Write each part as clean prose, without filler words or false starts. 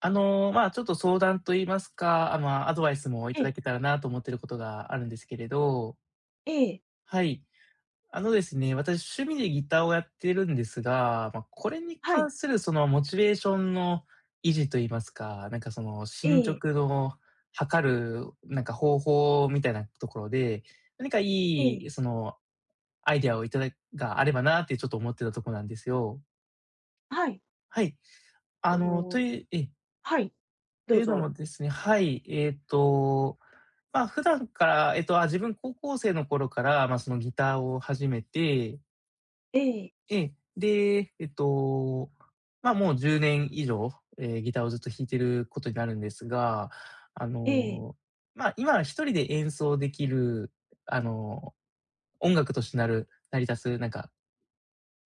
ちょっと相談と言いますか、アドバイスもいえただえ、けたらなと思ってることがあるんですけれど、ええ、はい。あのですね、私趣味でギターをやってるんですが、まあ、これには関い、するそのモチベーションの維持と言いますか、なんかそのえ進え、捗の測るなんか方法みたいなところで、何かえいえ、いそのアイデアをいただがあればなってちょっと思ってたとこなんですよ。はい、はい。あの、と、というえ、はい、とどういうのもぞ。ですね。はい。まあ、普段から、自分高校生の頃から、まあ、そのギターを始めて、ええ、ええ、で、えっと、まあ、もう10年以上、ええ、ギターをずっと弾いてることになるんですが、あええ、の、まあ、今1人で演奏できる、あの、音楽として成り立つ、なんか、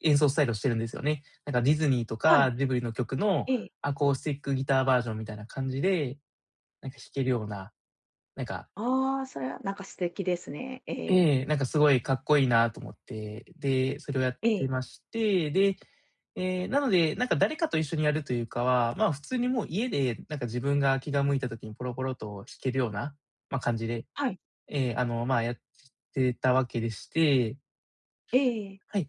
演奏スタイルをしてるんですよね。なんかディズニーとはかい、ジブリの曲のええ、アコースティックギターバージョンみたいな感じで、なんか弾けるような、なんかああ、それはなんか素敵ですね。ええ、ええ、なんかすごいかっこいいなと思って、で、それをやっえてえ、まして、で、ええ、なので、なんか誰かと一緒にやるというかは、まあ、普通にもう家でなんか自分が気が向いた時にポロポロと弾けるような、ま、感じで、はい、ええ、まあ、やってたわけでして、ええ、はい。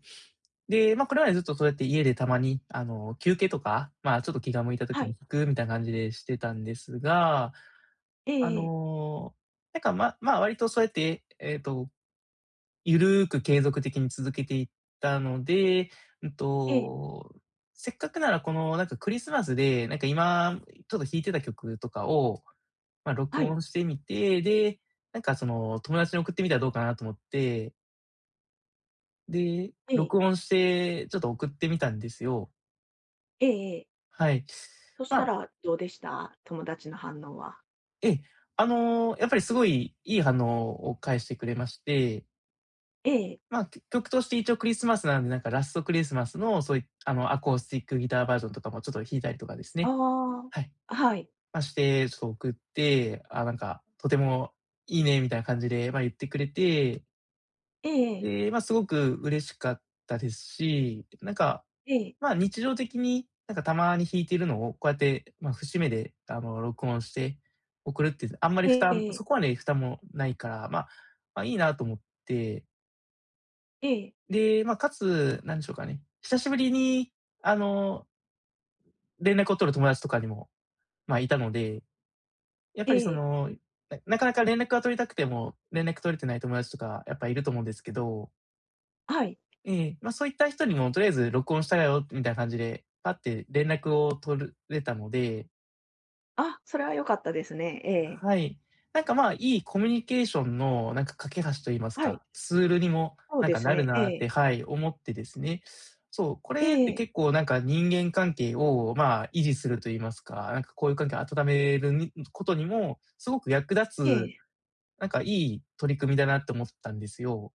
で、ま、これまでずっとそうやって家でたまに、休憩とか、まあ、ちょっと気が向いた時はにい、弾くみたいな感じでしてたんですが、えあえ、の、割とそうやって、ゆるーく継続的に続けていったので、うんええ、と、せっかくならこのなんかクリスマスで、なんか今ちょっと弾いてた曲とかを、まあ、録はい、音してみて、で、なんかその友達に送ってみたらどうかなと思って、で、ええ、録音してちょっと送ってみたんですよ。ええええはいええはいええええはいええええ。はい。そしまたあ、らどうでした？友達の反応は。ええ、やっぱりすごいいい反応を返してくれまして、ええ、まあ、曲として一応クリスマスなんで、なんかラストクリスマスのそういあの、アコースティックギターバージョンとかもちょっと弾いたりとかですね。あはい。あ、はい、ま、して、ちょっと送って、あ、なんか、とてもいいねみたいな感じで、ま、言ってくれて、ええ、で、ま、すごく嬉しかったですし、なんか、ええ、ま、日常的に、なんかたまに弾いてるのをこうやって、ま、節目で、録音して送るって、あんまりえ負担そえ、こはね、負担もないから、ま、ま、いいなと思って、ええ、で、まあ、かつ、なんでしょうかね。久しぶりに、あの、連絡を取る友達とかにも、まあ、いたので、やっえぱりそえ、の、なかなか連絡が取りたくても、連絡取れてない友達とか、やっぱいると思うんですけど、はい、まあ、そういった人にも、とりあえず録音したよ、みたいな感じで、パッて連絡を取れたので、あ、それは良かったですね。ええ、はい。なんか、まあ、いいコミュニケーションの、なんか、架け橋と言いますはい、か、ツールにも、そうなんでか、すなるね、えなっえ、て、はい、思ってですね。そう、こえれってえ。結構、なんか、人間関係を、まあ、維持すると言いますか、なんか、交友関係を温めるにことにもすごく役立えつ、え、なんか、いい取り組みだなって思ったんですよ。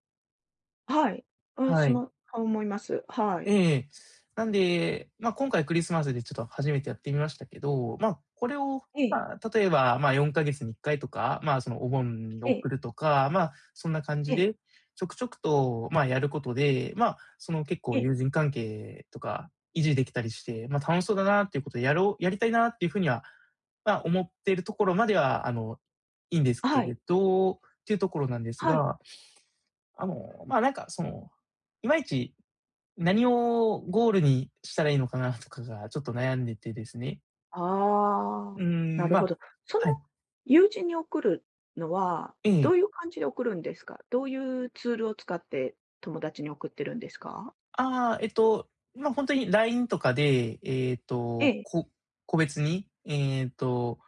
はい。は私い。もそう思います。はい。ええ。なんで、まあ、今回クリスマスでちょっと初めてやってみましたけど、まあ、これを、ええ、まあ、例えば、まあ、4か月に1回とか、まあ、そのお盆にえ送え、るとか、まあ、そんな感じええ、で、ちょくちょくと、まあ、やることで、まあ、その結構ええ、友人関係とか維持できたりして、まあ、楽しそうだなっていうことで、やろうやりたいなっていう風には、まあ、思っているところまでは、いいんですけはい、れどっていうところなんですはい。が、まあ、なんかその、いまいち何をゴールにしたらいいのかなとかがちょっと悩んでてですね。あうあ、ーなん、るまほあ、ど。そのはい。友人に送るのは、えどえ。ういう感じで送るんですか？どういうツールを使って友達に送ってるんですか？ああ、まあ、ほんとに LINE とかで、えっえと、え、個別に、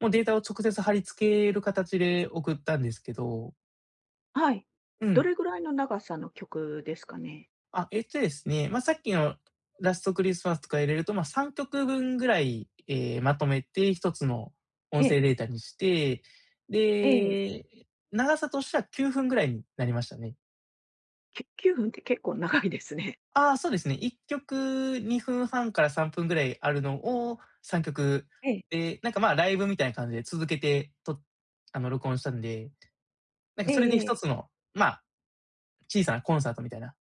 もうデータを直接貼り付ける形で送ったんですけど、はい。うどん。れぐらいの長さの曲ですかね？あ、えっとですね、まあ、さっきのラストクリスマスとか入れると、まあ、3曲分ぐらい、ええ、まとめて一つの音え声え、データにして、ええ、で、長さとしては9分ぐらいになりましたね。9分って結構長いですね。ああ、そうですね。1曲2分半から3分ぐらいあるのを3曲、ええ、で、なんか、まあ、ライブみたいな感じで続けてと録音したんで、なんかえそれでええ一つえ。の、まあ、小さなコンサートみたいな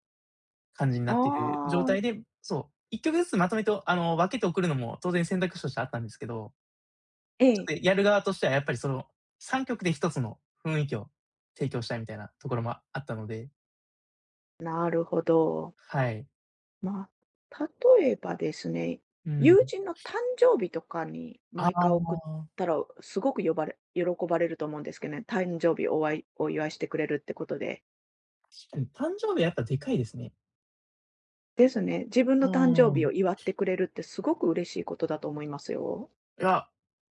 感じになあってる状あ、態で、そう、1曲ずつまとめて、分けて送るのも当然選択肢としてあったんですけど、えちょっえ、とやる側としてはやっぱりその3曲で1つの雰囲気を提供したいみたいなところもあったので、なるほど。はい。まあ、例えばですね、う友ん。人の誕生日とかにあ毎回送っあ、たら、すごく呼ばれ喜ばれると思うんですけどね、誕生日、お祝いしてくれるってことで。確かに誕生日はやっぱでかいですね。ですね、自分うの誕ー生日ん。を祝ってくれるってすごく嬉しいことだと思いますよ。いや、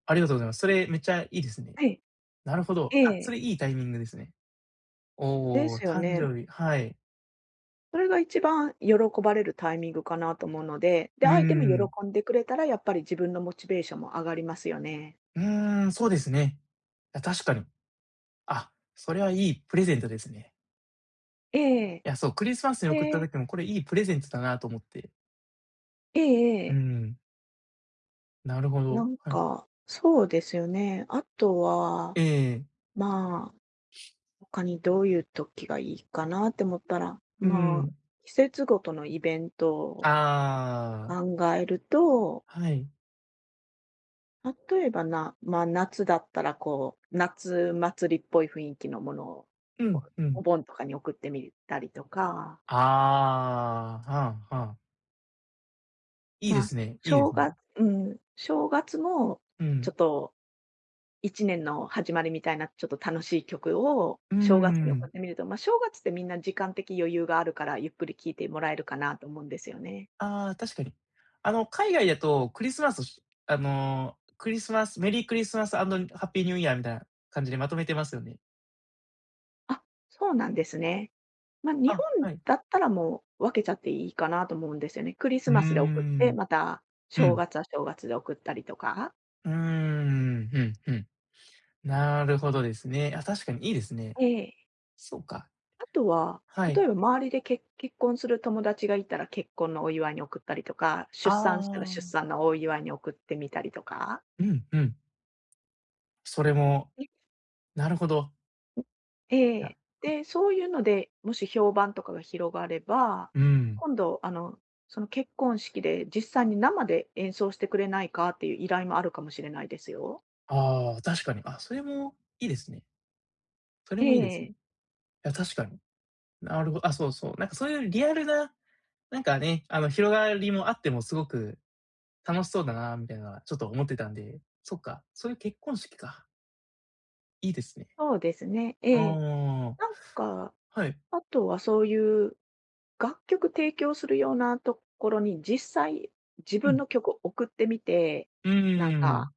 ありがとうございます。それめっちゃいいですね。はい。なるほど。えあ、それえ。いいタイミングですね。でおお、すよ誕ね。生日、はい。それが一番喜ばれるタイミングかなと思うので、で、うー相手もん。喜んでくれたら、やっぱり自分のモチベーションも上がりますよね。うーん、そうですね。いや、確かに。あ、それはいいプレゼントですね。ええ。いや、そう、クリスマスにえ送ったえ。時もこれいいプレゼントだなと思って。えええうえ。ん、なるほなど。んはい。か、そうですよね。あとは、ええ、まあ、他にどういう時がいいかなって思ったら、うまあ、ん。季節ごとのイベントをあ考えると、あ、はい。例えばな、まあ夏だったらこう、夏祭りっぽい雰囲気のものを、うん、こううん。お盆とかに送ってみたりとか、ああ、はあはあ。いいでまあ、すね、いいですね。正月もうちょん。っと1年の始まりみたいな、ちょっと楽しい曲をうー正月に送ん。ってみると、まあ、正月ってみんな時間的余裕があるから、ゆっくり聴いてもらえるかなと思うんですよね。ああ、確かに。あの、海外だとクリスマスをしあの、クリスマスメリークリスマスアンドハッピーニューイヤーみたいな感じでまとめてますよね。あ、そうなんですね。まあ、日本あ、はい。だったらもう分けちゃっていいかなと思うんですよね。クリスうーマスで送っん。て、またうんう正ん、月は正月で送ったりとか。うーん、うんうん。なるほどですね。あ、確かにいいですね。ええ。そうか。あとは、は例い。えば周りで結婚する友達がいたら、結婚のお祝いに送ったりとか、あ出産したら出あ、産のお祝いに送ってみたりとか。うんうん。それも、なるほど。えいや、え。で、そういうので、もし評判とかが広がれば、うん。今度、あの、その結婚式で実際に生で演奏してくれないかっていう依頼もあるかもしれないですよ。ああ、確かに。あ、それもいいですね。それえもいいですね。え、いや、確かに。なるほど。あ、そうそう。なんかそういうリアルな、なんかね、広がりもあってもすごく楽しそうだなみたいな、ちょっと思ってたんで、そっか、そういう結婚式か。いいですね。そうですね。あええ。あ、なんか、はい。あとはそういう楽曲提供するようなところに実際自う分ん。の曲を送ってみて、うーなんか、ん。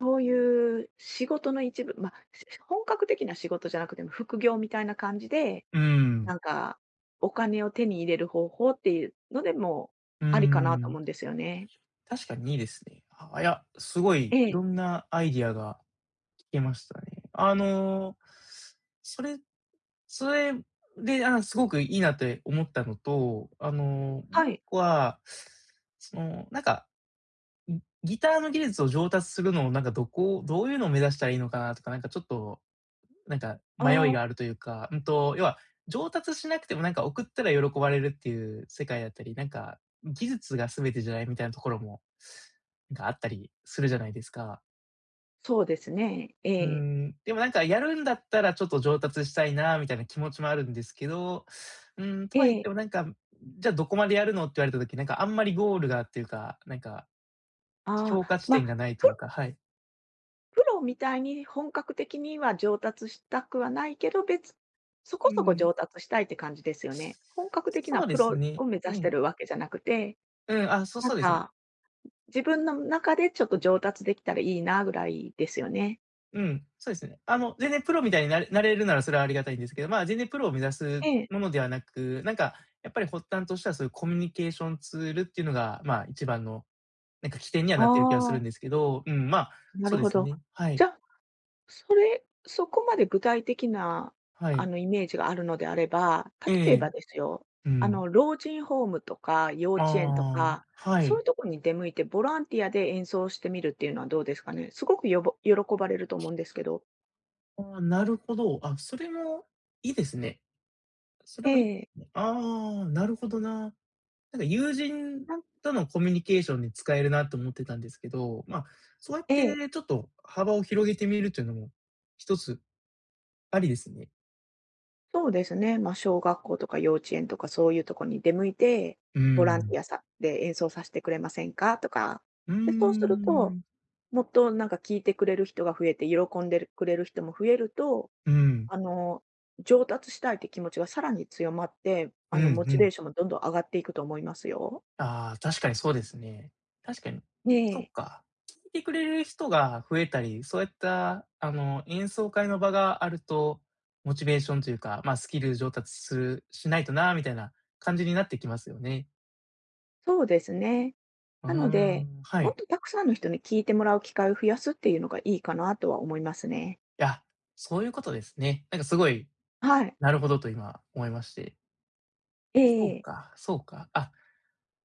そういう仕事の一部、まあ、本格的な仕事じゃなくても副業みたいな感じでうーん。なんか、お金を手に入れる方法っていうのでも、うーありかなと思ん、うんですよね。確かにいいですね。あ、いや、すごいえいえ、ろんなアイディアが聞けましたね。それそれで、あ、すごくいいなって思ったのと、もはう一い。個は、その、なんか、ギターの技術を上達するのを、どういうのを目指したらいいのかなとか、ちょっとあ迷いあ、があるというか、要は上達しなくてもなんか送ったら喜ばれるっていう世界だったり、なんか技術が全てじゃないみたいなところも、なんかあったりするじゃないですか。そうですね。えうーえ、ん、でもなんかやるんだったらちょっと上達したいなみたいな気持ちもあるんですけど、うーん、とえは言ってえ、もなんか、じゃあどこまでやるのって言われた時、なんかあんまりゴールがっていうか、なんかああ、評価地ま、点がないというプか、はい。プロみたいに本格的には上達したくはないけど、そこうそこん。上達したいって感じですよね。本格的そなうでプすロね。を目指うしてん。るわけじゃなくて、うん、あ、そうなそんうですね。か、自分の中でちょっと上達できたらいいなぐらいですよね。うん、そうですね。あの、全然プロみたいになれるならそれはありがたいんですけど、まあ、全然プロを目指すええ、ものではなく、なんか、やっぱり発端としてはそういうコミュニケーションツールっていうのが、まあ、一番の、なんか起点にはあなってる気がするあ、んですけど、うん、まあ、なそうるでほすど。ね。はい。じゃそれ、そこまで具体的なはあい。のイメージがあるのであれば、え例ええ、ばですよ、うあん。の、老人ホームとか幼稚園とああ、か、はそういい。うとこに出向いてボランティアで演奏してみるっていうのはどうですかね。すごく喜ばれると思うんですけど。ああ、なるほど。あ、それもいいですね。それえもいいでえ、すね。ああ、なるほどな。なんか友人なんとのコミュニケーションに使えるなと思ってたんですけど、まあ、そうやっえてえ、ちょっと幅を広げてみるというのも一つありですね。そうですね。まあ、小学校とか幼稚園とかそういうとこに出向いて、うーボランティアん。さで演奏させてくれませんかとか。うで、そうーすると、ん。もっとなんか聞いてくれる人が増えて、喜んでくれる人も増えると、うん。あの、上達したいって気持ちがさらに強まって、うあんの、うモチベーん。ションもどんどん上がっていくと思いますよ。ああ、確かにそうですね。確かに。えそっえ、か。聞いてくれる人が増えたり、そういったあの、演奏会の場があると、モチベーションというか、まあ、スキル上達するしないとなみたいな感じになってきますよね。そうですね。うーなので、ん、はもっい。とたくさんの人に聞いてもらう機会を増やすっていうのがいいかなとは思いますね。いや、そういうことですね。なんかすごい、はい。なるほどと今思いまして。えそうえ、か、そうか。あ、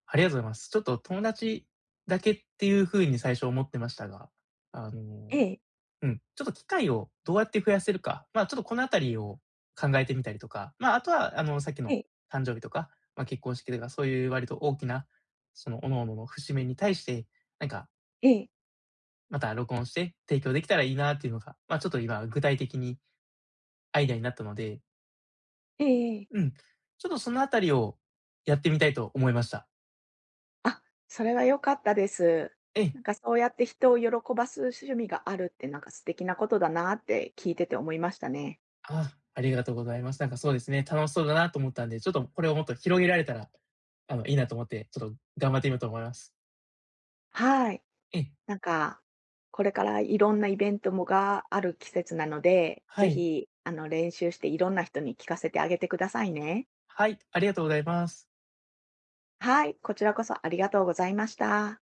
ありがとうございます。ちょっと友達だけっていう風に最初思ってましたが、あえの、え、うん、ちょっと機会をどうやって増やせるか、まあ、ちょっとこのあたりを考えてみたりとか、まあ、あとはあの、さっきえのえ、誕生日とか、ま、結婚式とか、そういう割と大きな、その、各々の節目に対して、なんか、ええ、また録音して提供できたらいいなっていうのが、まあ、ちょっと今具体的にアイデアになったので、ええ、ええ。うん。ちょっとそのあたりをやってみたいと思いました。あ、それは良かったです。ええ。なんかそうやって人を喜ばす趣味があるってなんか素敵なことだなって聞いてて思いましたね。ああ、りがとうございます。なんかそうですね、楽しそうだなと思ったんで、ちょっとこれをもっと広げられたら、あの、いいなと思って、ちょっと頑張ってみようと思います。はい。ええ、なんか、これからいろんなイベントもがある季節なので、はぜい。ひ、あの、練習していろんな人に聞かせてあげてくださいね。はい、ありがとうございます。はい、こちらこそありがとうございました。